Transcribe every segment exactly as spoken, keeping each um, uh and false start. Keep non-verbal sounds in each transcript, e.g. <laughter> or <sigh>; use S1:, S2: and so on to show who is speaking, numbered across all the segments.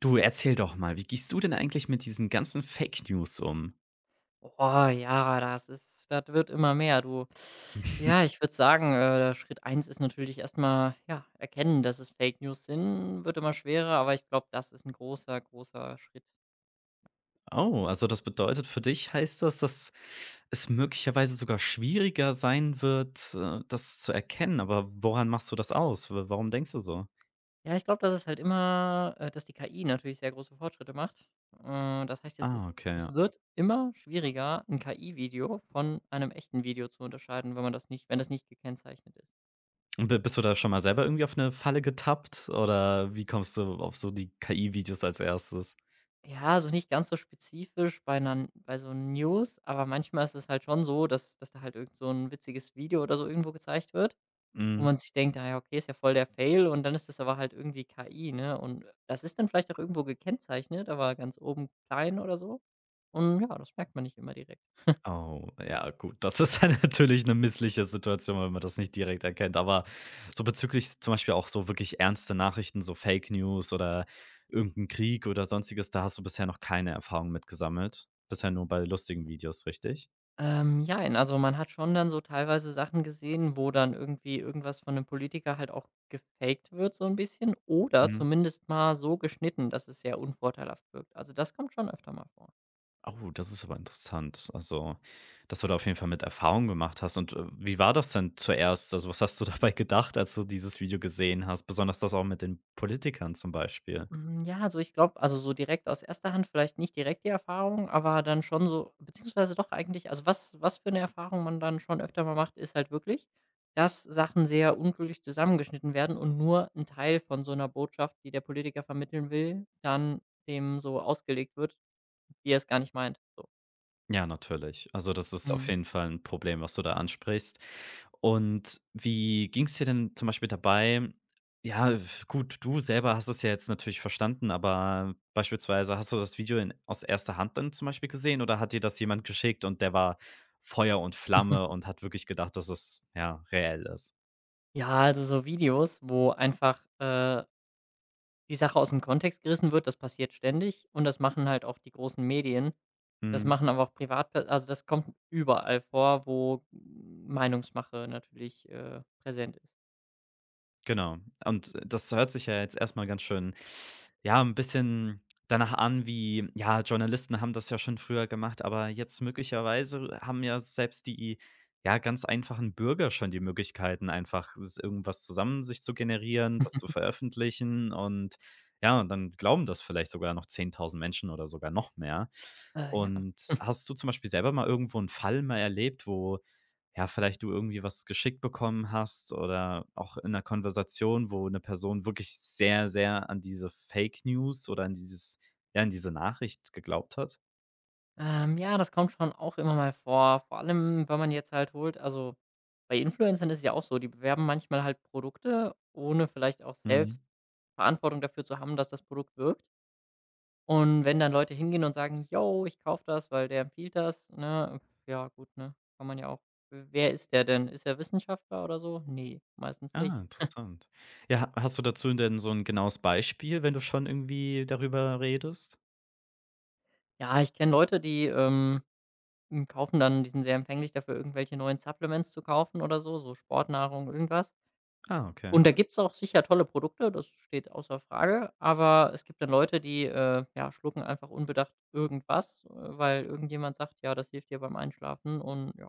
S1: Du, erzähl doch mal, wie gehst du denn eigentlich mit diesen ganzen Fake News um?
S2: Oh ja, das ist das wird immer mehr, du. Ja,
S1: <laughs>
S2: ich würde sagen, äh, Schritt eins ist natürlich erstmal, ja, erkennen, dass es Fake News sind, wird immer schwerer, aber ich glaube, das ist ein großer, großer Schritt.
S1: Oh, also das bedeutet für dich heißt das, dass es möglicherweise sogar schwieriger sein wird, äh, das zu erkennen, aber woran machst du das aus? W warum denkst du so?
S2: Ja, ich glaube, dass es halt immer äh, dass die K I natürlich sehr große Fortschritte macht. Äh, das heißt, es ist
S1: Ah, okay, ja.
S2: es wird immer schwieriger, 'n K I-Video von einem echten Video zu unterscheiden, wenn man das nicht wenn das nicht gekennzeichnet ist.
S1: Und bi bist du da schon mal selber irgendwie auf eine Falle getappt oder wie kommst du auf so die K I-Videos als erstes?
S2: Ja, also nicht ganz so spezifisch bei 'ner bei so News, aber manchmal ist es halt schon so, dass dass da halt irgend so ein witziges Video oder so irgendwo gezeigt wird, wo man sich denkt: „Ah ja, okay, ist ja voll der Fail“, und dann ist das aber halt irgendwie K I, ne? Und das ist dann vielleicht auch irgendwo gekennzeichnet, aber ganz oben klein oder so. Und ja, das merkt man nicht immer direkt.
S1: Oh, ja gut, das ist dann <laughs> natürlich eine missliche Situation, wenn man das nicht direkt erkennt. Aber so bezüglich zum Beispiel auch so wirklich ernste Nachrichten, so Fake News oder irgendein Krieg oder Sonstiges, da hast du bisher noch keine Erfahrung mit gesammelt? Bisher nur bei lustigen Videos, richtig?
S2: Ähm, jein, also man hat schon dann so teilweise Sachen gesehen, wo dann irgendwie irgendwas von einem Politiker halt auch gefaked wird so ein bisschen oder
S1: Mhm.
S2: zumindest mal so geschnitten, dass es sehr unvorteilhaft wirkt. Also, das kommt schon öfter mal vor.
S1: Oh, das ist aber interessant. Also, dass du da auf jeden Fall mit Erfahrung gemacht hast. Und, äh, wie war das denn zuerst? Also, was hast du <laughs> dabei gedacht, als du dieses Video gesehen hast? Besonders das auch mit den Politikern zum Beispiel.
S2: Hm, ja, also, ich glaube, also, so direkt aus erster Hand vielleicht nicht direkt die Erfahrung, aber dann schon so beziehungsweise doch eigentlich, also, was was für eine Erfahrung man dann schon öfter mal macht, ist halt wirklich, dass Sachen sehr unglücklich zusammengeschnitten werden und nur ein Teil von so einer Botschaft, die der Politiker vermitteln will, dann dem so ausgelegt wird, wie er es gar nicht meint, so.
S1: Ja, natürlich. Also, das ist
S2: Mhm.
S1: auf jeden Fall ein Problem, was du da ansprichst. Und wie ging es dir denn zum Beispiel dabei? Ja, f gut, du selber hast es ja jetzt natürlich verstanden, aber beispielsweise hast du das Video in aus erster Hand dann zum Beispiel gesehen oder hat dir das jemand geschickt und der war Feuer und Flamme und
S2: <laughs>
S1: hat wirklich gedacht, dass es, ja, reell ist?
S2: Ja, also, so Videos, wo einfach, äh die Sache aus dem Kontext gerissen wird, das passiert ständig und das machen halt auch die großen Medien. Das
S1: Hm.
S2: machen aber auch privat, also, das kommt überall vor, wo Meinungsmache natürlich, äh, präsent ist.
S1: Genau. Und das hört sich ja jetzt erstmal ganz schön, ja, ein bisschen danach an wie, ja, Journalisten haben das ja schon früher gemacht, aber jetzt möglicherweise haben ja selbst die, ja, ganz einfachen Bürger schon die Möglichkeiten, einfach s irgendwas zusammen sich zu generieren, das zu veröffentlichen und ja, und dann glauben das vielleicht sogar noch zehntausend Menschen oder sogar noch mehr.
S2: Äh, ja,
S1: Und hast du zum Beispiel selber mal irgendwo 'n Fall mal erlebt, wo ja, vielleicht du irgendwie was geschickt bekommen hast oder auch in einer Konversation, wo eine Person wirklich sehr, sehr an diese Fake News oder an dieses, ja, an diese Nachricht geglaubt hat?
S2: ähm, ja, das kommt schon auch immer mal vor, vor allem, wenn man jetzt halt holt, also, bei Influencern ist es ja auch so, die bewerben manchmal halt Produkte, ohne vielleicht auch
S1: Mhm.
S2: selbst Verantwortung dafür zu haben, dass das Produkt wirkt. Und wenn dann Leute hingehen und sagen: „Yo, ich kaufe das, weil der empfiehlt das“, ne? Ja gut, ne? Kann man ja auch wer ist der denn? Ist er Wissenschaftler oder so? Ne, meistens
S1: Ah,
S2: nicht.
S1: interessant. Ja, ha hast du dazu denn so ein genaues Beispiel, wenn du schon irgendwie darüber redest?
S2: Ja, ich kenne Leute, die, ähm, hm, kaufen dann, die sind sehr empfänglich dafür, irgendwelche neuen Supplements zu kaufen oder so, so Sportnahrung, irgendwas.
S1: Ah, okay.
S2: Und da gibt's auch sicher tolle Produkte, das steht außer Frage, aber es gibt dann Leute, die, äh, ja, schlucken einfach unbedacht irgendwas, äh, weil irgendjemand sagt: „Ja, das hilft dir beim Einschlafen“ und ja.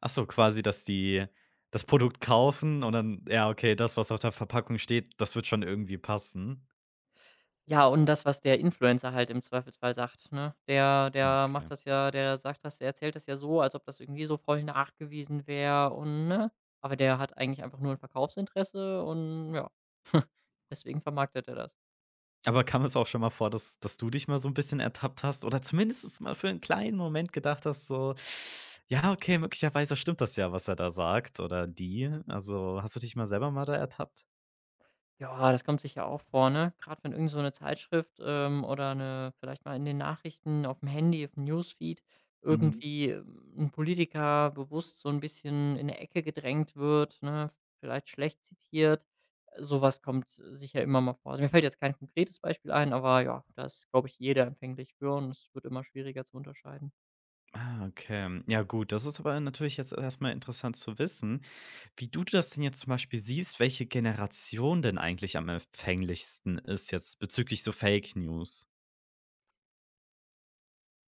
S1: Ach so, quasi, dass die das Produkt kaufen und dann, ja, okay, das, was auf der Verpackung steht, das wird schon irgendwie passen.
S2: Ja, und das, was der Influencer halt im Zweifelsfall sagt, ne? Der der macht
S1: Okay.
S2: das ja, der sagt das, der erzählt das ja so, als ob das irgendwie so voll nachgewiesen wäre und ne? Aber der hat eigentlich einfach nur ein Verkaufsinteresse und ja, <laughs> deswegen vermarktet er das.
S1: Aber kam es auch schon mal vor, dass dass du dich mal so ein bisschen ertappt hast oder zumindest mal für einen kleinen Moment gedacht hast, so: „Ja, okay, möglicherweise stimmt das ja, was er da sagt oder die.“ Also, hast du dich mal selber mal da ertappt?
S2: Ja, das kommt sicher auch vor, ne? Grad wenn irgend so 'ne Zeitschrift, ähm, oder 'ne vielleicht mal in den Nachrichten aufm Handy, aufm Newsfeed
S1: Mhm.
S2: irgendwie, ähm, 'n Politiker bewusst so 'n bisschen in 'ne Ecke gedrängt wird, ne, vielleicht schlecht zitiert. Äh, so was kommt sicher immer mal vor. Also, mir fällt jetzt kein konkretes Beispiel ein, aber ja, da ist, glaube ich, jeder empfänglich für und es wird immer schwieriger zu unterscheiden.
S1: Ah, okay. Ja gut, das ist aber natürlich jetzt erstmal interessant zu wissen, wie du das denn jetzt zum Beispiel siehst, welche Generation denn eigentlich am empfänglichsten ist jetzt bezüglich so Fake News?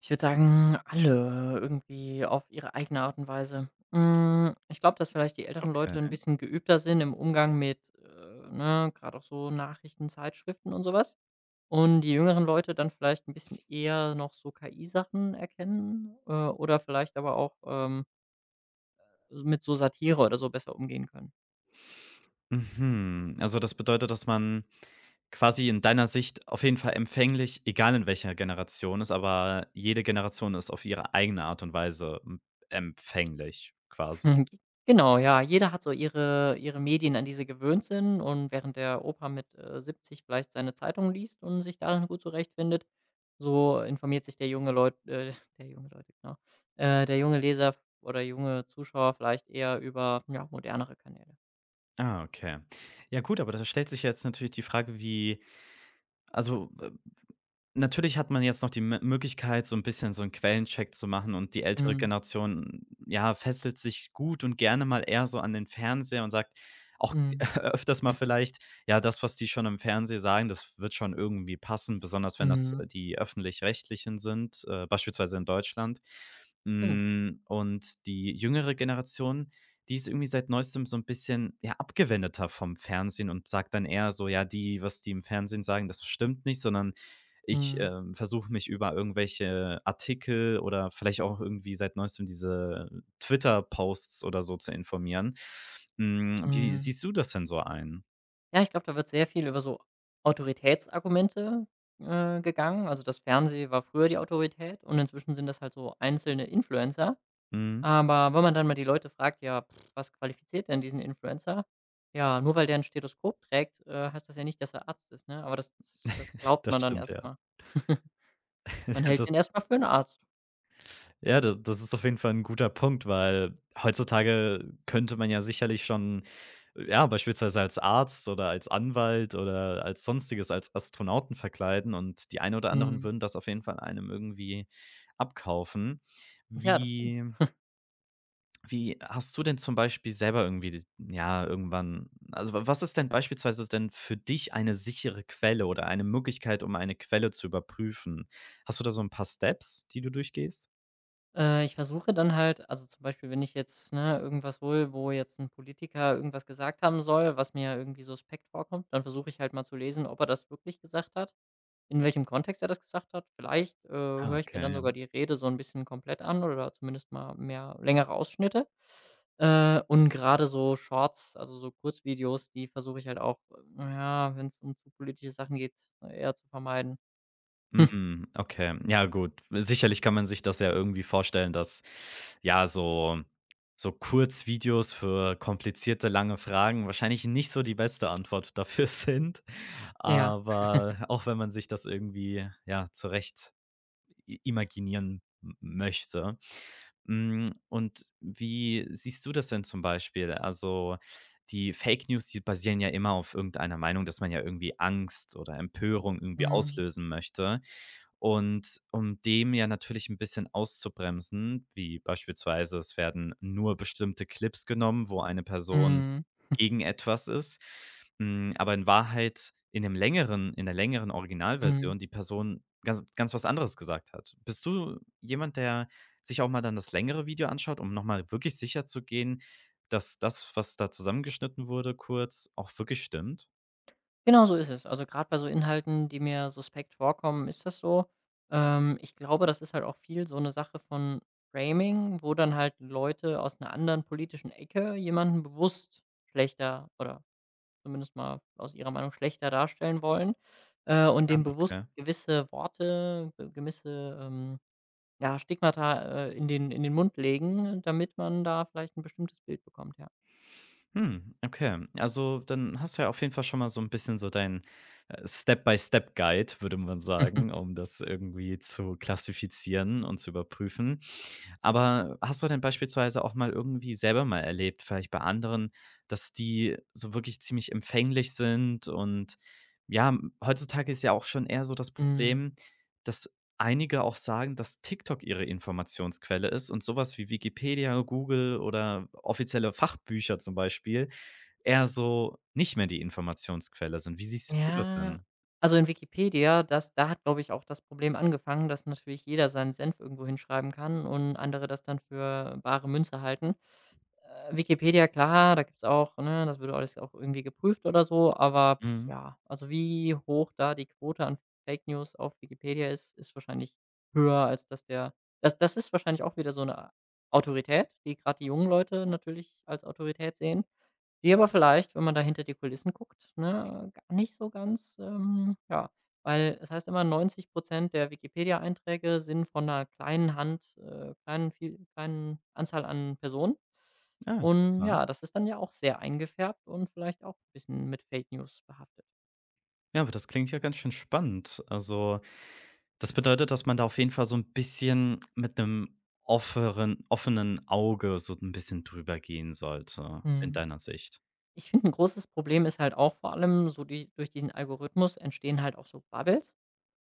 S2: Ich würde sagen, alle irgendwie auf ihre eigene Art und Weise. Hm, ich glaube, dass vielleicht die älteren Leute ein
S1: Okay.
S2: bisschen geübter sind im Umgang mit, äh, ne, grad auch so Nachrichten, Zeitschriften und so was. Und die jüngeren Leute dann vielleicht ein bisschen eher noch so K I-Sachen erkennen, äh, oder vielleicht aber auch, ähm, mit so Satire oder so besser umgehen können.
S1: Mhm. Also, das bedeutet, dass man quasi in deiner Sicht auf jeden Fall empfänglich, egal in welcher Generation, ist, aber jede Generation ist auf ihre eigene Art und Weise m empfänglich quasi.
S2: Mhm. Genau, ja. Jeder hat so ihre ihre Medien, an die sie gewöhnt sind, und während der Opa mit, äh, siebzig vielleicht seine Zeitung liest und sich darin gut zurechtfindet, so informiert sich der junge Leut äh, <laughs> der junge Leute, genau, äh, der junge Leser oder junge Zuschauer vielleicht eher über, ja, modernere Kanäle.
S1: Ah, okay. Ja gut, aber da stellt sich jetzt natürlich die Frage, wie, also, natürlich hat man jetzt noch die M Möglichkeit, so ein bisschen so einen Quellencheck zu machen, und die ältere
S2: Mhm.
S1: Generation, ja, fesselt sich gut und gerne mal eher so an den Fernseher und sagt auch
S2: Mhm.
S1: <laughs> öfters mal vielleicht: „Ja, das, was die schon im Fernsehen sagen, das wird schon irgendwie passen“, besonders wenn das,
S2: Mhm.
S1: äh, die Öffentlich-Rechtlichen sind, äh, beispielsweise in Deutschland.
S2: Stimmt.
S1: Hm, und die jüngere Generation, die ist irgendwie seit Neuestem so ein bisschen, ja, abgewendeter vom Fernsehen und sagt dann eher so: „Ja, die was die im Fernsehen sagen, das stimmt nicht“, sondern ich,
S2: Mhm.
S1: ähm, versuche mich über irgendwelche Artikel oder vielleicht auch irgendwie seit Neuestem diese Twitter-Posts oder so zu informieren. Hm, wie
S2: Mhm.
S1: siehst du das denn so ein?
S2: Ja, ich glaube, da wird sehr viel über so Autoritätsargumente, äh, gegangen. Also, das Fernsehen war früher die Autorität und inzwischen sind das halt so einzelne Influencer.
S1: Mhm,
S2: Aber wenn man dann mal die Leute fragt: „Ja, pff, was qualifiziert denn diesen Influencer?“ Ja, nur weil der ein Stethoskop trägt, äh, heißt das ja nicht, dass er Arzt ist, ne? Aber das das glaubt
S1: das
S2: man dann
S1: stimmt, ja.
S2: erstmal. <laughs> Man
S1: <laughs>
S2: hält
S1: Das,
S2: den erstmal für einen Arzt.
S1: ja, da das ist auf jeden Fall ein guter Punkt, weil heutzutage könnte man ja sicherlich schon, ja, beispielsweise als Arzt oder als Anwalt oder als Sonstiges, als Astronauten verkleiden und die einen oder anderen
S2: Mhm.
S1: würden das auf jeden Fall einem irgendwie abkaufen.
S2: Ja, das stimmt.
S1: Wie Wie hast du denn zum Beispiel selber irgendwie d ja, irgendwann also, wa was ist denn beispielsweise denn für dich eine sichere Quelle oder eine Möglichkeit, um eine Quelle zu überprüfen? Hast du da so ein paar Steps, die du durchgehst?
S2: Äh, ich versuche dann halt, also, zum Beispiel, wenn ich jetzt, ne, irgendwas hole, wo jetzt ein Politiker irgendwas gesagt haben soll, was mir irgendwie suspekt vorkommt, dann versuche ich halt mal zu lesen, ob er das wirklich gesagt hat. In welchem Kontext er das gesagt hat? Vielleicht, äh,
S1: Ah,
S2: höre ich mir
S1: okay,
S2: dann
S1: ja.
S2: sogar die Rede so ein bisschen komplett an oder zumindest mal mehr längere Ausschnitte. Äh, und gerade so Shorts, also so Kurzvideos, die versuche ich halt auch, na ja, wenn's um zu politische Sachen geht, eher zu vermeiden. <laughs>
S1: Mhm, okay. Ja gut, sicherlich kann man sich das ja irgendwie vorstellen, dass, ja, so so Kurzvideos für komplizierte, lange Fragen wahrscheinlich nicht so die beste Antwort dafür <laughs> sind,
S2: Ja.
S1: aber auch wenn man sich das irgendwie, ja, zurecht i imaginieren m möchte. Hm, und wie siehst du das denn zum Beispiel? Also, die Fake News, die basieren ja immer auf irgendeiner Meinung, dass man ja irgendwie Angst oder Empörung irgendwie
S2: Mhm.
S1: auslösen möchte. Und um dem ja natürlich ein bisschen auszubremsen, wie beispielsweise es werden nur bestimmte Clips genommen, wo eine Person
S2: Mhm.
S1: gegen etwas ist, hm, aber in Wahrheit in dem längeren in der längeren
S2: Mhm.
S1: Originalversion die Person ganz ganz was anderes gesagt hat. Bist du jemand, der sich auch mal dann das längere Video anschaut, um noch mal wirklich sicher zu gehen, dass das, was da zusammengeschnitten wurde kurz, auch wirklich stimmt?
S2: Genau so ist es. Also, gerade bei so Inhalten, die mir suspekt vorkommen, ist das so. Ähm, ich glaube, das ist halt auch viel so eine Sache von Framing, wo dann halt Leute aus einer anderen politischen Ecke jemanden bewusst schlechter oder zumindest mal aus ihrer Meinung schlechter darstellen wollen, äh, und
S1: Ah,
S2: dem bewusst
S1: okay.
S2: gewisse Worte, ge gewisse, ähm, ja, Stigmata, äh, in den in den Mund legen, damit man da vielleicht ein bestimmtes Bild bekommt, ja.
S1: Hm, okay. Also, dann hast du ja auf jeden Fall schon mal so ein bisschen so dein, äh, Step-by-Step-Guide, würde man sagen,
S2: <laughs>
S1: um das irgendwie zu klassifizieren und zu überprüfen. Aber hast du denn beispielsweise auch mal irgendwie selber mal erlebt, vielleicht bei anderen, dass die so wirklich ziemlich empfänglich sind und, ja, hm, heutzutage ist ja auch schon eher so das
S2: Mhm.
S1: Problem, dass einige auch sagen, dass TikTok ihre Informationsquelle ist und sowas wie Wikipedia, Google oder offizielle Fachbücher zum Beispiel eher so nicht mehr die Informationsquelle sind. Wie siehst du das
S2: Ja,
S1: denn?
S2: also in Wikipedia, das da hat, glaube ich, auch das Problem angefangen, dass natürlich jeder seinen Senf irgendwo hinschreiben kann und andere das dann für bare Münze halten. Äh, Wikipedia, klar, da gibt's auch, ne, das wird alles auch irgendwie geprüft oder so, aber pff,
S1: Mhm.
S2: ja, also wie hoch da die Quote an Fake News auf Wikipedia ist, ist wahrscheinlich höher, als dass der das das ist wahrscheinlich auch wieder so eine Autorität, die gerade die jungen Leute natürlich als Autorität sehen, die aber vielleicht, wenn man da hinter die Kulissen guckt, ne, gar nicht so ganz, ähm ja, weil es heißt immer, neunzig der Wikipedia-Einträge sind von einer kleinen Hand, äh, kleinen viel kleinen Anzahl an Personen.
S1: Ah,
S2: Und
S1: interessant.
S2: ja, das ist dann ja auch sehr eingefärbt und vielleicht auch ein bisschen mit Fake News behaftet.
S1: Ja, aber das klingt ja ganz schön spannend. Also, das bedeutet, dass man da auf jeden Fall so ein bisschen mit einem offeren offenen Auge so ein bisschen drüber gehen sollte, in
S2: Mhm.
S1: deiner Sicht.
S2: Ich finde, ein großes Problem ist halt auch vor allem so die, durch diesen Algorithmus entstehen halt auch so Bubbles.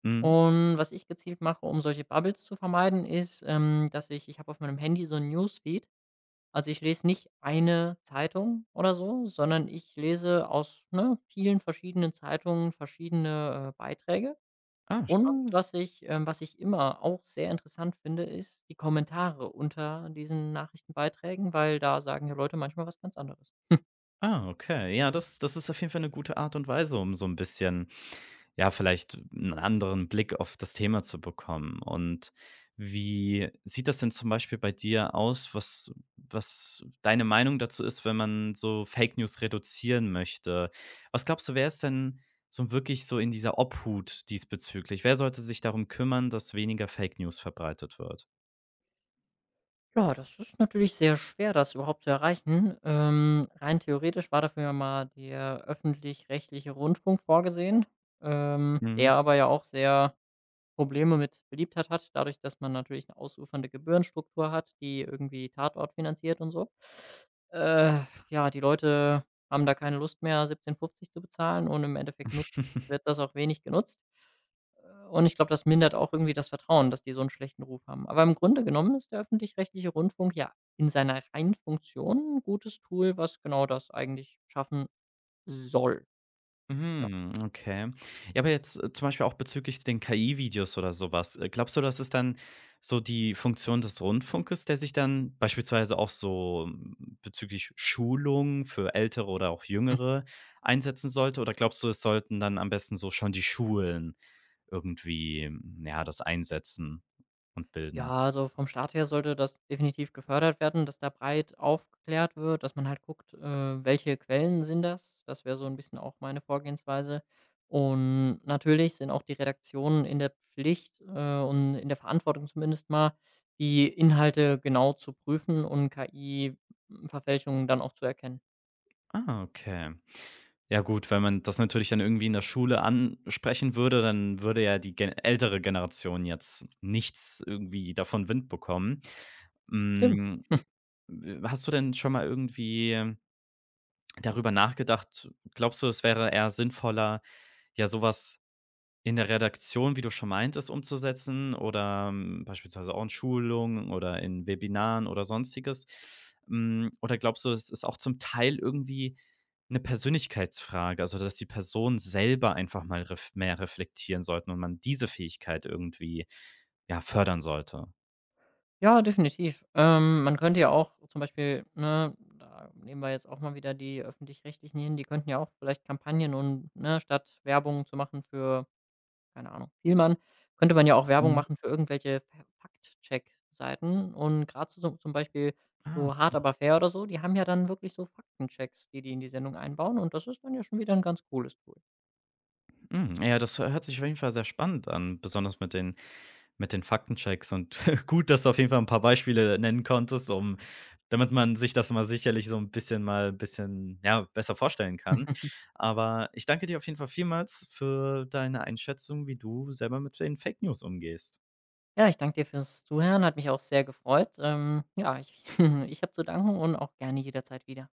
S1: Mhm.
S2: Und was ich gezielt mache, um solche Bubbles zu vermeiden, ist, ähm, dass ich ich habe auf meinem Handy so ein Newsfeed. Also, ich lese nicht eine Zeitung oder so, sondern ich lese aus, ne, vielen verschiedenen Zeitungen verschiedene, äh, Beiträge.
S1: Ah,
S2: Und
S1: spannend.
S2: was ich ähm, was ich immer auch sehr interessant finde, ist die Kommentare unter diesen Nachrichtenbeiträgen, weil da sagen ja Leute manchmal was ganz anderes.
S1: Ah, okay. Ja, das das ist auf jeden Fall eine gute Art und Weise, um so ein bisschen, ja, vielleicht einen anderen Blick auf das Thema zu bekommen. Und wie sieht das denn zum Beispiel bei dir aus, was was deine Meinung dazu ist, wenn man so Fake News reduzieren möchte? Was glaubst du, wer ist denn so wirklich so in dieser Obhut diesbezüglich? Wer sollte sich darum kümmern, dass weniger Fake News verbreitet wird?
S2: Ja, das ist natürlich sehr schwer, das überhaupt zu erreichen. Ähm, rein theoretisch war dafür ja mal der öffentlich-rechtliche Rundfunk vorgesehen, ähm,
S1: Mhm.
S2: der aber ja auch sehr Probleme mit Beliebtheit hat, dadurch, dass man natürlich eine ausufernde Gebührenstruktur hat, die irgendwie Tatort finanziert und so. Äh, ja, die Leute haben da keine Lust mehr, siebzehn fünfzig zu bezahlen und im Endeffekt nutzt wird
S1: <laughs>
S2: das auch wenig genutzt. Äh, und ich glaube, das mindert auch irgendwie das Vertrauen, dass die so einen schlechten Ruf haben. Aber im Grunde genommen ist der öffentlich-rechtliche Rundfunk ja in seiner reinen Funktion ein gutes Tool, was genau das eigentlich schaffen soll, ja.
S1: Mhm, okay. Ja, aber jetzt, äh, zum Beispiel auch bezüglich den K I-Videos oder sowas. Äh, glaubst du, das ist dann so die Funktion des Rundfunkes, der sich dann beispielsweise auch so hm, bezüglich Schulung für Ältere oder auch Jüngere einsetzen sollte? Oder glaubst du, es sollten dann am besten so schon die Schulen irgendwie, hm, ja, das einsetzen und
S2: Ja,
S1: bilden?
S2: also vom Staat her sollte das definitiv gefördert werden, dass da breit aufgeklärt wird, dass man halt guckt, äh, welche Quellen sind das. Das wäre so ein bisschen auch meine Vorgehensweise. Und natürlich sind auch die Redaktionen in der Pflicht, äh, und in der Verantwortung zumindest mal, die Inhalte genau zu prüfen und K I-Verfälschungen dann auch zu erkennen.
S1: Ah, okay. Ja gut, wenn man das natürlich dann irgendwie in der Schule ansprechen würde, dann würde ja die gen ältere Generation jetzt nichts irgendwie davon Wind bekommen.
S2: Stimmt.
S1: Hm, w hast du denn schon mal irgendwie darüber nachgedacht, glaubst du, es wäre eher sinnvoller, ja so was in der Redaktion, wie du schon meintest, umzusetzen oder, ähm, beispielsweise auch in Schulungen oder in Webinaren oder Sonstiges? Hm, oder glaubst du, es ist auch zum Teil irgendwie eine Persönlichkeitsfrage, also, dass die Personen selber einfach mal ref mehr reflektieren sollten und man diese Fähigkeit irgendwie, ja, fördern sollte?
S2: Ja, definitiv. Ähm, man könnte ja auch zum Beispiel, ne, da nehmen wir jetzt auch mal wieder die Öffentlich-Rechtlichen hin, die könnten ja auch vielleicht Kampagnen und, ne, statt Werbung zu machen für, keine Ahnung, Fielmann, könnte man ja auch Werbung
S1: Mhm.
S2: machen für irgendwelche Fa check seiten und gerade so zum Beispiel
S1: Ah,
S2: so „Hart
S1: okay.
S2: aber fair“ oder so, die haben ja dann wirklich so Faktenchecks, die die in die Sendung einbauen und das ist dann ja schon wieder ein ganz cooles Tool.
S1: Mhm, ja, das hört sich auf jeden Fall sehr spannend an, besonders mit den Mit den Faktenchecks und <laughs> gut, dass du auf jeden Fall ein paar Beispiele nennen konntest, um damit man sich das mal sicherlich so ein bisschen mal ein bisschen, ja, besser vorstellen kann.
S2: <laughs>
S1: Aber ich danke dir auf jeden Fall vielmals für deine Einschätzung, wie du selber mit den Fake News umgehst.
S2: Ja, ich danke dir fürs Zuhören, hat mich auch sehr gefreut. Ähm, ja, ich <laughs> ich habe zu danken und auch gerne jederzeit wieder.